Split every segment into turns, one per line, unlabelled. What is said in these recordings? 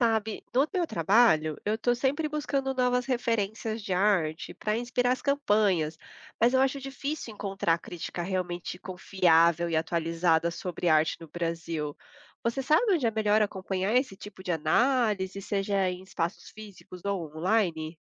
Sabe, no meu trabalho, eu estou sempre buscando novas referências de arte para inspirar as campanhas, mas eu acho difícil encontrar crítica realmente confiável e atualizada sobre arte no Brasil. Você sabe onde é melhor acompanhar esse tipo de análise, seja em espaços físicos ou online?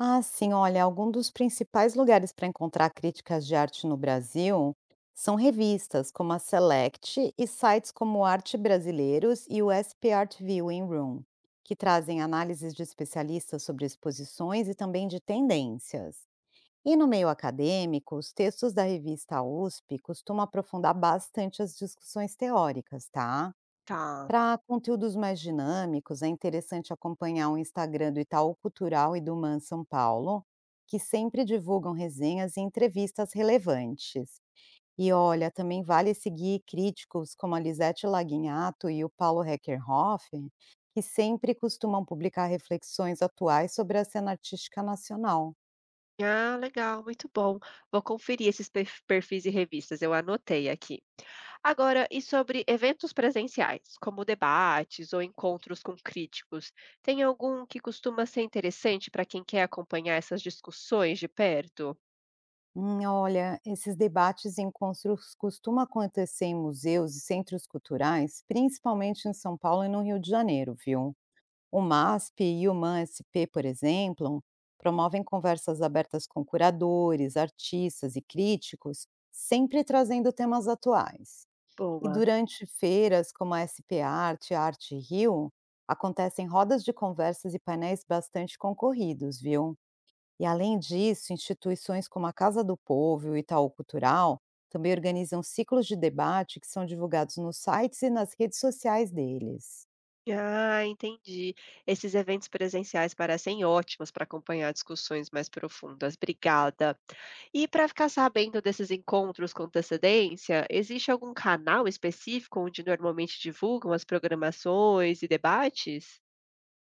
Ah, sim, olha, algum dos principais lugares para encontrar críticas de arte no Brasil são revistas como a Select e sites como Arte Brasileiros e o SP Art Viewing Room, que trazem análises de especialistas sobre exposições e também de tendências. E no meio acadêmico, os textos da revista USP costumam aprofundar bastante as discussões teóricas, tá?
Tá.
Para conteúdos mais dinâmicos, é interessante acompanhar o Instagram do Itaú Cultural e do MAN São Paulo, que sempre divulgam resenhas e entrevistas relevantes. E olha, também vale seguir críticos como a Lisete Laguinhato e o Paulo Reckerhoff, que sempre costumam publicar reflexões atuais sobre a cena artística nacional.
Ah, legal, muito bom. Vou conferir esses perfis e revistas, eu anotei aqui. Agora, e sobre eventos presenciais, como debates ou encontros com críticos, tem algum que costuma ser interessante para quem quer acompanhar essas discussões de perto?
Olha, esses debates e encontros costumam acontecer em museus e centros culturais, principalmente em São Paulo e no Rio de Janeiro, viu? O MASP e o MANSP, por exemplo, promovem conversas abertas com curadores, artistas e críticos, sempre trazendo temas atuais. E
Boa.
durante feiras como a SP Arte e a Arte Rio, acontecem rodas de conversas e painéis bastante concorridos, viu? E além disso, instituições como a Casa do Povo e o Itaú Cultural também organizam ciclos de debate que são divulgados nos sites e nas redes sociais deles.
Ah, entendi. Esses eventos presenciais parecem ótimos para acompanhar discussões mais profundas. Obrigada. E para ficar sabendo desses encontros com antecedência, existe algum canal específico onde normalmente divulgam as programações e debates?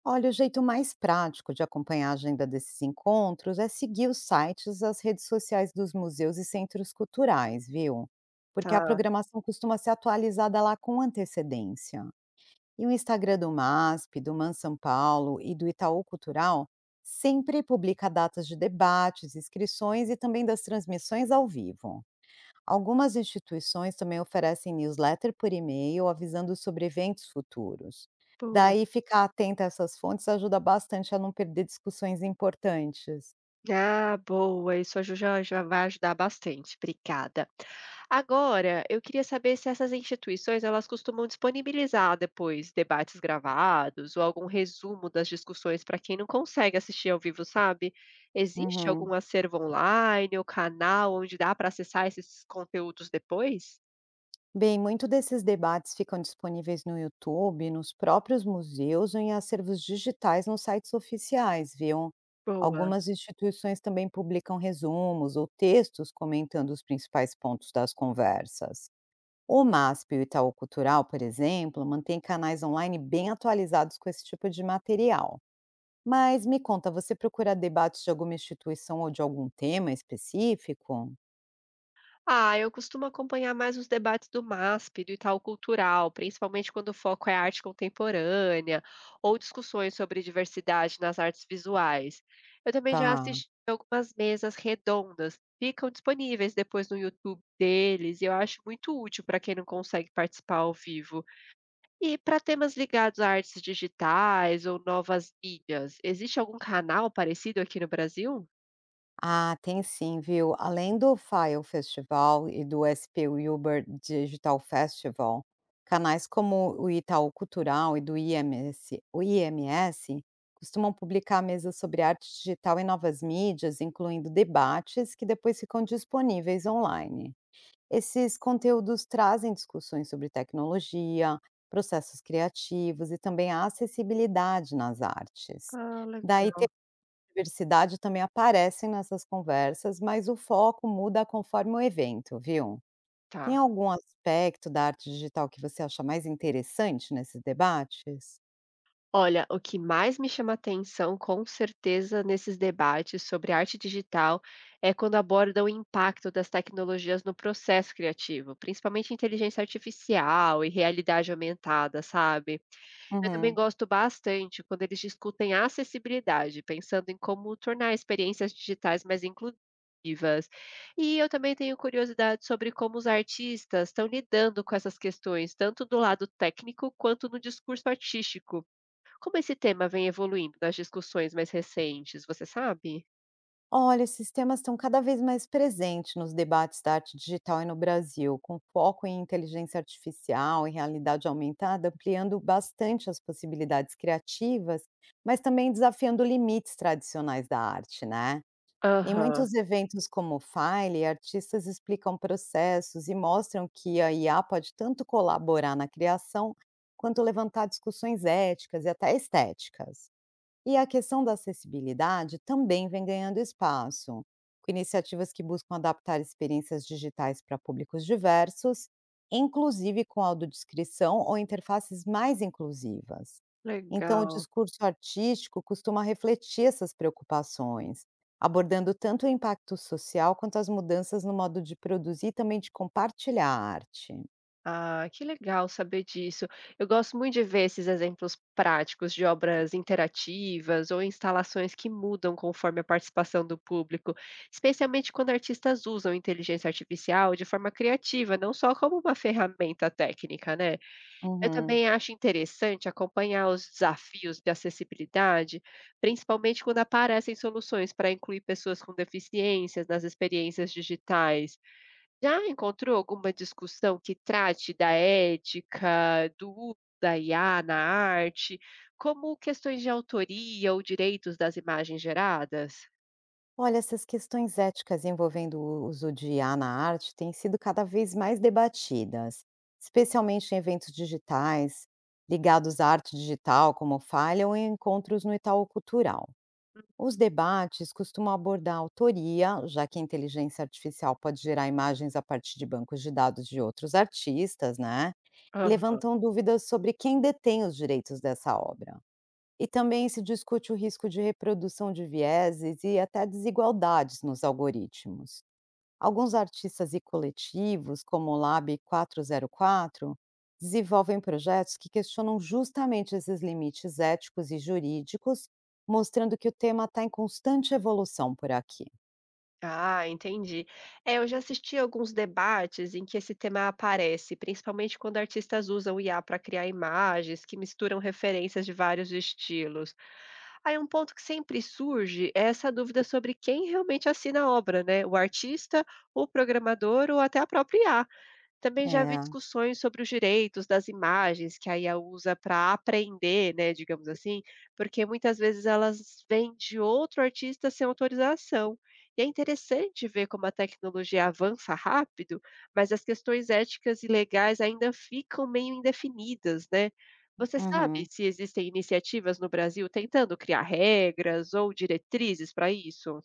Olha, o jeito mais prático de acompanhar a agenda desses encontros é seguir os sites, as redes sociais dos museus e centros culturais, viu? Porque a
Tá,
programação costuma ser atualizada lá com antecedência. E o Instagram do MASP, do MAN São Paulo e do Itaú Cultural sempre publica datas de debates, inscrições e também das transmissões ao vivo. Algumas instituições também oferecem newsletter por e-mail avisando sobre eventos futuros.
boa.
Daí ficar atenta a essas fontes ajuda bastante a não perder discussões importantes.
Ah, boa. Isso já, já vai ajudar bastante. Obrigada. Agora, eu queria saber se essas instituições elas costumam disponibilizar depois debates gravados ou algum resumo das discussões para quem não consegue assistir ao vivo, sabe? Existe
Uhum.
algum acervo online ou canal onde dá para acessar esses conteúdos depois?
Bem, muito desses debates ficam disponíveis no YouTube, nos próprios museus ou em acervos digitais nos sites oficiais, viu?
Boa.
Algumas instituições também publicam resumos ou textos comentando os principais pontos das conversas. O MASP e o Itaú Cultural, por exemplo, mantêm canais online bem atualizados com esse tipo de material. Mas me conta, você procura debates de alguma instituição ou de algum tema específico?
Ah, eu costumo acompanhar mais os debates do MASP, do Itaú Cultural, principalmente quando o foco é arte contemporânea ou discussões sobre diversidade nas artes visuais. Eu também já
Tá.
assisti algumas mesas redondas, ficam disponíveis depois no YouTube deles, e eu acho muito útil para quem não consegue participar ao vivo. E para temas ligados a artes digitais ou novas mídias, existe algum canal parecido aqui no Brasil?
Ah, tem sim, viu? Além do File Festival e do SP Uber Digital Festival, canais como o Itaú Cultural e do IMS, o IMS costumam publicar mesas sobre arte digital e novas mídias, incluindo debates que depois ficam disponíveis online. Esses conteúdos trazem discussões sobre tecnologia, processos criativos e também a acessibilidade nas artes.
Ah,
Daí
legal.
diversidade também aparecem nessas conversas, mas o foco muda conforme o evento, viu? Tem
Tá.
algum aspecto da arte digital que você acha mais interessante nesses debates?
Olha, o que mais me chama atenção, com certeza, nesses debates sobre arte digital é quando abordam o impacto das tecnologias no processo criativo, principalmente inteligência artificial e realidade aumentada, sabe? Eu também
Uhum.
gosto bastante quando eles discutem a acessibilidade, pensando em como tornar experiências digitais mais inclusivas. E eu também tenho curiosidade sobre como os artistas estão lidando com essas questões, tanto do lado técnico quanto no discurso artístico. Como esse tema vem evoluindo nas discussões mais recentes, você sabe?
Olha, esses temas estão cada vez mais presentes nos debates da arte digital e no Brasil, com foco em inteligência artificial e realidade aumentada, ampliando bastante as possibilidades criativas, mas também desafiando limites tradicionais da arte, né? Em
Aham,
muitos eventos como o File, artistas explicam processos e mostram que a IA pode tanto colaborar na criação, quanto levantar discussões éticas e até estéticas. E a questão da acessibilidade também vem ganhando espaço, com iniciativas que buscam adaptar experiências digitais para públicos diversos, inclusive com audiodescrição ou interfaces mais inclusivas. Então, o
legal.
discurso artístico costuma refletir essas preocupações, abordando tanto o impacto social quanto as mudanças no modo de produzir e também de compartilhar a arte.
Ah, que legal saber disso. Eu gosto muito de ver esses exemplos práticos de obras interativas ou instalações que mudam conforme a participação do público, especialmente quando artistas usam inteligência artificial de forma criativa, não só como uma ferramenta técnica, né? Eu
Uhum.
também acho interessante acompanhar os desafios de acessibilidade, principalmente quando aparecem soluções para incluir pessoas com deficiências nas experiências digitais. Já encontrou alguma discussão que trate da ética, do uso da IA na arte, como questões de autoria ou direitos das imagens geradas?
Olha, essas questões éticas envolvendo o uso de I A na arte têm sido cada vez mais debatidas, especialmente em eventos digitais, ligados à arte digital, como Falha, ou em encontros no Itaú Cultural. Os debates costumam abordar a autoria, já que a inteligência artificial pode gerar imagens a partir de bancos de dados de outros artistas, né? E levantam dúvidas sobre quem detém os direitos dessa obra. E também se discute o risco de reprodução de vieses e até desigualdades nos algoritmos. Alguns artistas e coletivos, como o Lab 404, desenvolvem projetos que questionam justamente esses limites éticos e jurídicos, mostrando que o tema está em constante evolução por aqui.
Ah, entendi. É, eu já assisti alguns debates em que esse tema aparece, principalmente quando artistas usam IA para criar imagens que misturam referências de vários estilos. Aí um ponto que sempre surge é essa dúvida sobre quem realmente assina a obra, né? O artista, o programador ou até a própria IA. Também já vi
É.
discussões sobre os direitos das imagens que a IA usa para aprender, né, digamos assim, porque muitas vezes elas vêm de outro artista sem autorização. E é interessante ver como a tecnologia avança rápido, mas as questões éticas e legais ainda ficam meio indefinidas, né? Você sabe
Uhum.
se existem iniciativas no Brasil tentando criar regras ou diretrizes para isso?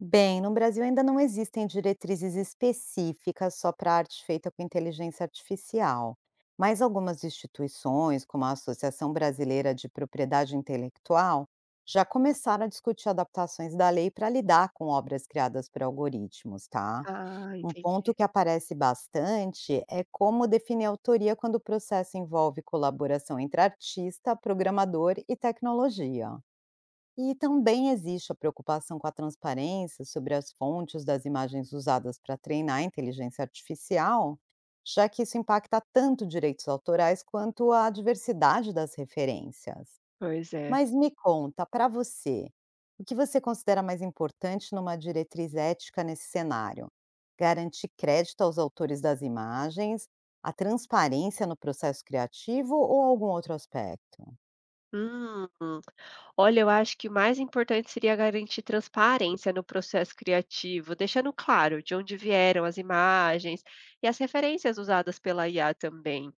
Bem, no Brasil ainda não existem diretrizes específicas só para arte feita com inteligência artificial, mas algumas instituições, como a Associação Brasileira de Propriedade Intelectual, já começaram a discutir adaptações da lei para lidar com obras criadas por algoritmos, tá?
Ah,
Um ponto
entendi.
que aparece bastante é como definir a autoria quando o processo envolve colaboração entre artista, programador e tecnologia. E também existe a preocupação com a transparência sobre as fontes das imagens usadas para treinar a inteligência artificial, já que isso impacta tanto direitos autorais quanto a diversidade das referências.
Pois é.
Mas me conta, para você, o que você considera mais importante numa diretriz ética nesse cenário? Garantir crédito aos autores das imagens, a transparência no processo criativo ou algum outro aspecto?
Hum, olha, eu acho que o mais importante seria garantir transparência no processo criativo, deixando claro de onde vieram as imagens e as referências usadas pela IA também.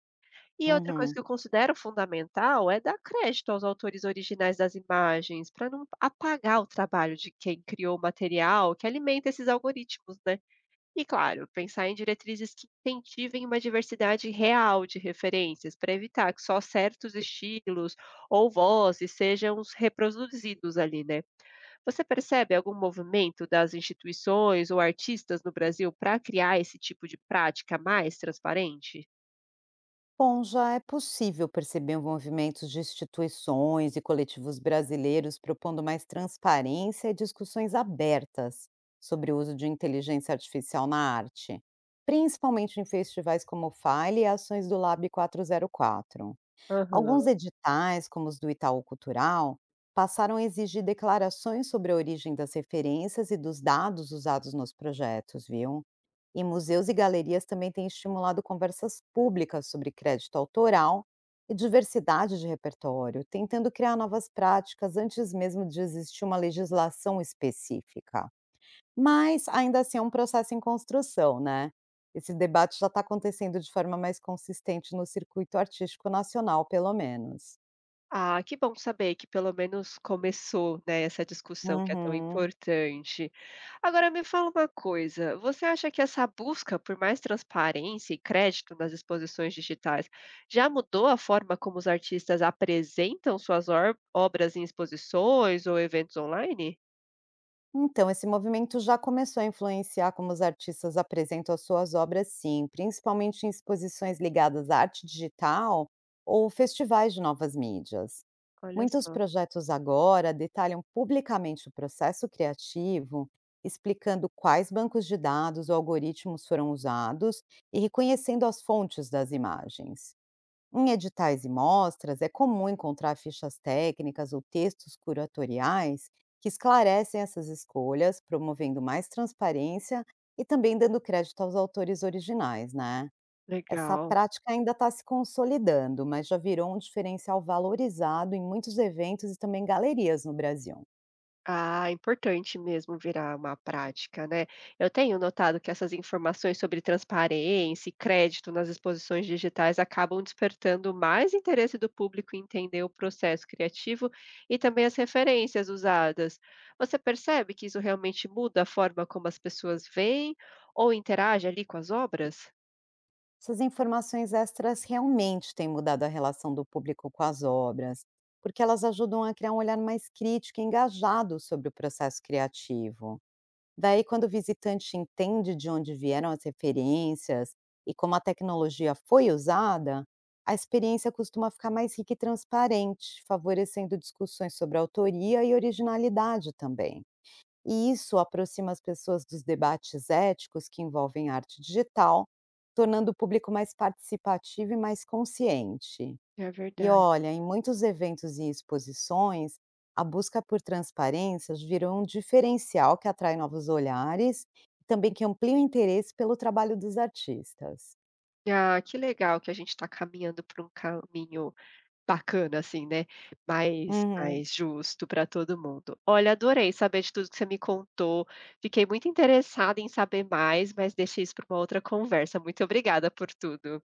E outra coisa
Uhum.
que eu considero fundamental é dar crédito aos autores originais das imagens, para não apagar o trabalho de quem criou o material que alimenta esses algoritmos, né? E claro, pensar em diretrizes que incentivem uma diversidade real de referências, para evitar que só certos estilos ou vozes sejam os reproduzidos ali, né? Você percebe algum movimento das instituições ou artistas no Brasil para criar esse tipo de prática mais transparente?
Bom, já é possível perceber movimentos de instituições e coletivos brasileiros propondo mais transparência e discussões abertas sobre o uso de inteligência artificial na arte, principalmente em festivais como o Fale e ações do Lab quatrocentos e quatro. Alguns
Aham.
editais, como os do Itaú Cultural, passaram a exigir declarações sobre a origem das referências e dos dados usados nos projetos, viu? E museus e galerias também têm estimulado conversas públicas sobre crédito autoral e diversidade de repertório, tentando criar novas práticas antes mesmo de existir uma legislação específica. Mas ainda assim é um processo em construção, né? Esse debate já está acontecendo de forma mais consistente no circuito artístico nacional, pelo menos.
Ah, que bom saber que pelo menos começou, né, essa discussão que é tão
Uhum.
importante. Agora me fala uma coisa, você acha que essa busca por mais transparência e crédito nas exposições digitais já mudou a forma como os artistas apresentam suas obras em exposições ou eventos online?
Então, esse movimento já começou a influenciar como os artistas apresentam as suas obras, sim, principalmente em exposições ligadas à arte digital ou festivais de novas mídias.
Olha
Muitos
só,
projetos agora detalham publicamente o processo criativo, explicando quais bancos de dados ou algoritmos foram usados e reconhecendo as fontes das imagens. Em editais e mostras, é comum encontrar fichas técnicas ou textos curatoriais que esclarecem essas escolhas, promovendo mais transparência e também dando crédito aos autores originais, né? Essa
legal.
prática ainda está se consolidando, mas já virou um diferencial valorizado em muitos eventos e também galerias no Brasil.
Ah, importante mesmo virar uma prática, né. Eu tenho notado que essas informações sobre transparência e crédito nas exposições digitais acabam despertando mais interesse do público em entender o processo criativo e também as referências usadas. Você percebe que isso realmente muda a forma como as pessoas veem ou interagem ali com as obras?
Essas informações extras realmente têm mudado a relação do público com as obras, porque elas ajudam a criar um olhar mais crítico e engajado sobre o processo criativo. Daí, quando o visitante entende de onde vieram as referências e como a tecnologia foi usada, a experiência costuma ficar mais rica e transparente, favorecendo discussões sobre autoria e originalidade também. E isso aproxima as pessoas dos debates éticos que envolvem arte digital, tornando o público mais participativo e mais consciente.
É
E
verdade.
olha, em muitos eventos e exposições, a busca por transparências virou um diferencial que atrai novos olhares e também que amplia o interesse pelo trabalho dos artistas.
Ah, que legal que a gente está caminhando por um caminho bacana assim, né, mais
Uhum.
mais justo para todo mundo. Olha, adorei saber de tudo que você me contou, fiquei muito interessada em saber mais, mas deixa isso para uma outra conversa. Muito obrigada por tudo.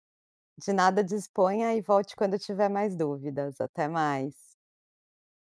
De nada disponha e volte quando tiver mais dúvidas. Até mais.